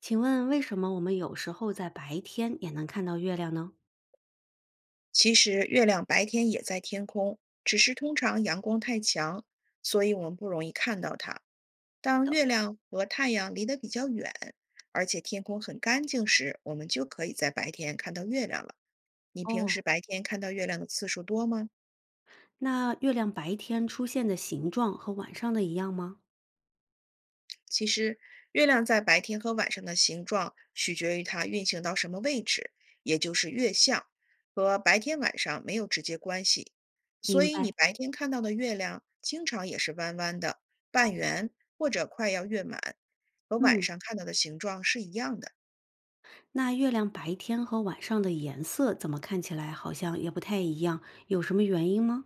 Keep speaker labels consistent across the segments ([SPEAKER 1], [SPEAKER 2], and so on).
[SPEAKER 1] 请问为什么我们有时候在白天也能看到月亮呢？
[SPEAKER 2] 其实月亮白天也在天空，只是通常阳光太强，所以我们不容易看到它。当月亮和太阳离得比较远，而且天空很干净时，我们就可以在白天看到月亮了。你平时
[SPEAKER 1] 哦，
[SPEAKER 2] 白天看到月亮的次数多吗？
[SPEAKER 1] 那月亮白天出现的形状和晚上的一样吗？
[SPEAKER 2] 其实，月亮在白天和晚上的形状取决于它运行到什么位置，也就是月相，和白天晚上没有直接关系。所
[SPEAKER 1] 明
[SPEAKER 2] 以，你
[SPEAKER 1] 白。
[SPEAKER 2] 白天看到的月亮经常也是弯弯的、半圆或者快要月满，和晚
[SPEAKER 1] 嗯，
[SPEAKER 2] 上看到的形状是一样的。
[SPEAKER 1] 那月亮白天和晚上的颜色怎么看起来好像也不太一样，有什么原因吗？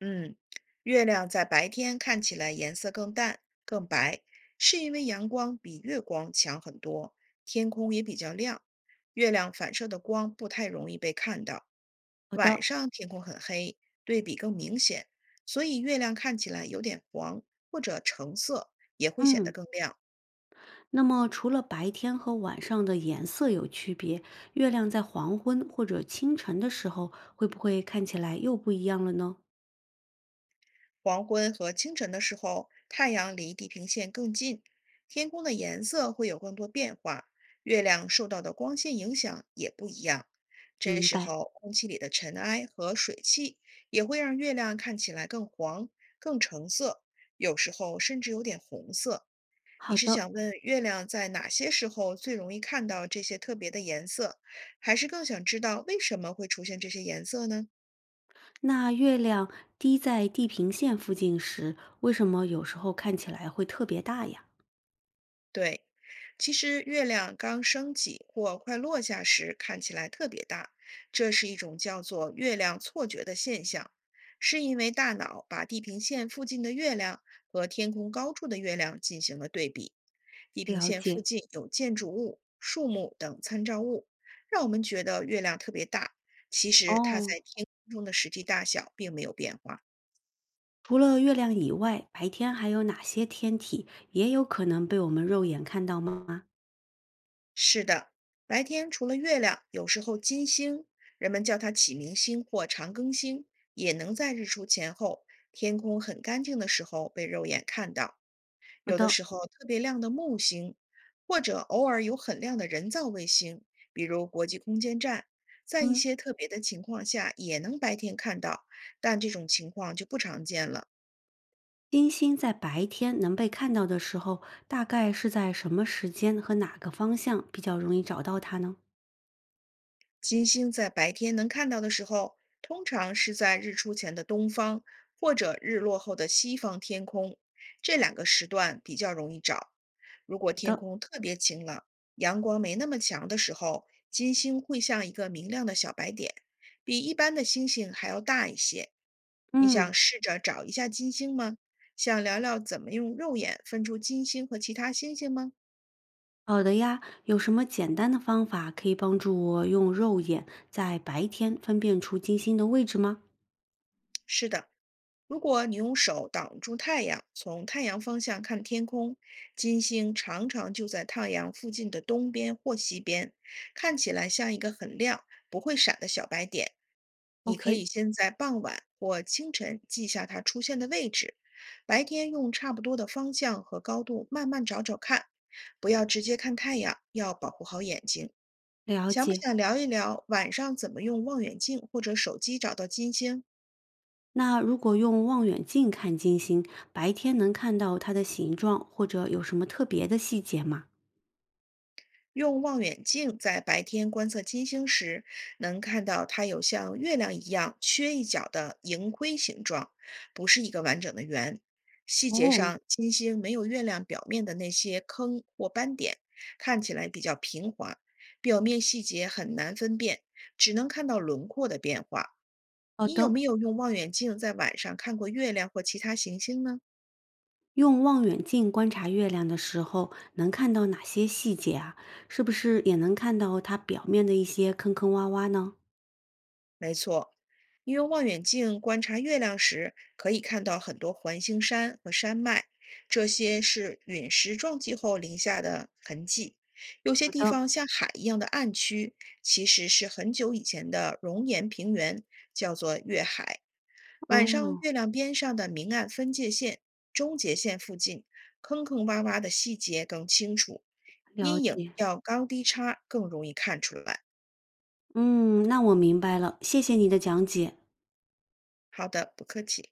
[SPEAKER 2] 嗯，月亮在白天看起来颜色更淡、更白，是因为阳光比月光强很多，天空也比较亮，月亮反射的光不太容易被看到。
[SPEAKER 1] 好
[SPEAKER 2] 晚
[SPEAKER 1] 的。
[SPEAKER 2] 上天空很黑，对比更明显，所以月亮看起来有点黄或者橙色，也会显得
[SPEAKER 1] 嗯，
[SPEAKER 2] 更亮。
[SPEAKER 1] 那么除了白天和晚上的颜色有区别，月亮在黄昏或者清晨的时候会不会看起来又不一样了呢？
[SPEAKER 2] 黄昏和清晨的时候，太阳离地平线更近，天空的颜色会有更多变化，月亮受到的光线影响也不一样。这
[SPEAKER 1] 明
[SPEAKER 2] 时
[SPEAKER 1] 白。
[SPEAKER 2] 候，空气里的尘埃和水汽也会让月亮看起来更黄、更橙色，有时候甚至有点红色。你
[SPEAKER 1] 好
[SPEAKER 2] 是
[SPEAKER 1] 的，
[SPEAKER 2] 想问月亮在哪些时候最容易看到这些特别的颜色，还是更想知道为什么会出现这些颜色呢？
[SPEAKER 1] 那月亮低在地平线附近时，为什么有时候看起来会特别大呀？
[SPEAKER 2] 对，其实月亮刚升起或快落下时看起来特别大，这是一种叫做月亮错觉的现象，是因为大脑把地平线附近的月亮和天空高处的月亮进行了对比。地平
[SPEAKER 1] 了
[SPEAKER 2] 线附
[SPEAKER 1] 解。
[SPEAKER 2] 近有建筑物、树木等参照物，让我们觉得月亮特别大，其实它在
[SPEAKER 1] 哦，
[SPEAKER 2] 天空中的实际大小并没有变化。
[SPEAKER 1] 除了月亮以外，白天还有哪些天体也有可能被我们肉眼看到吗？
[SPEAKER 2] 是的，白天除了月亮，有时候金星，人们叫它启明星或长庚星，也能在日出前后天空很干净的时候被肉眼看到。
[SPEAKER 1] 好
[SPEAKER 2] 有的
[SPEAKER 1] 的。
[SPEAKER 2] 时候特别亮的木星，或者偶尔有很亮的人造卫星，比如国际空间站，在一
[SPEAKER 1] 嗯，
[SPEAKER 2] 些特别的情况下也能白天看到，但这种情况就不常见了。
[SPEAKER 1] 金星在白天能被看到的时候，大概是在什么时间和哪个方向比较容易找到它呢？
[SPEAKER 2] 金星在白天能看到的时候，通常是在日出前的东方或者日落后的西方天空，这两个时段比较容易找。如果
[SPEAKER 1] 好
[SPEAKER 2] 天
[SPEAKER 1] 的。
[SPEAKER 2] 空特别晴朗，阳光没那么强的时候，金星会像一个明亮的小白点，比一般的星星还要大一些。你
[SPEAKER 1] 嗯，
[SPEAKER 2] 想试着找一下金星吗？想聊聊怎么用肉眼分出金星和其他星星吗？
[SPEAKER 1] 好的呀。有什么简单的方法可以帮助我用肉眼在白天分辨出金星的位置吗？
[SPEAKER 2] 是的，如果你用手挡住太阳，从太阳方向看天空，金星常常就在太阳附近的东边或西边，看起来像一个很亮、不会闪的小白点。你可
[SPEAKER 1] OK，
[SPEAKER 2] 以先在傍晚或清晨记下它出现的位置，白天用差不多的方向和高度慢慢找找看，不要直接看太阳，要保护好眼睛。
[SPEAKER 1] 了
[SPEAKER 2] 想不
[SPEAKER 1] 解。
[SPEAKER 2] 想聊一聊晚上怎么用望远镜或者手机找到金星？
[SPEAKER 1] 那如果用望远镜看金星，白天能看到它的形状或者有什么特别的细节吗？
[SPEAKER 2] 用望远镜在白天观测金星时，能看到它有像月亮一样缺一角的盈亏形状，不是一个完整的圆。细节
[SPEAKER 1] 哦。
[SPEAKER 2] 上，金星没有月亮表面的那些坑或斑点，看起来比较平滑，表面细节很难分辨，只能看到轮廓的变化。
[SPEAKER 1] 好
[SPEAKER 2] 你有
[SPEAKER 1] 的，
[SPEAKER 2] 没有用望远镜在晚上看过月亮或其他行星呢？
[SPEAKER 1] 用望远镜观察月亮的时候，能看到哪些细节啊？是不是也能看到它表面的一些坑坑洼洼呢？
[SPEAKER 2] 没错，因为望远镜观察月亮时，可以看到很多环形山和山脉，这些是陨石撞击后留下的痕迹。有些
[SPEAKER 1] 好
[SPEAKER 2] 地
[SPEAKER 1] 的。
[SPEAKER 2] 方像海一样的暗区，其实是很久以前的熔岩平原，叫做月海。晚上，
[SPEAKER 1] 哦，
[SPEAKER 2] 月亮边上的明暗分界线、终结线附近，坑坑洼洼的细节更清楚，
[SPEAKER 1] 了
[SPEAKER 2] 阴影
[SPEAKER 1] 解。
[SPEAKER 2] 要高低差更容易看出来。
[SPEAKER 1] 嗯，那我明白了，谢谢你的讲解。
[SPEAKER 2] 好的，不客气。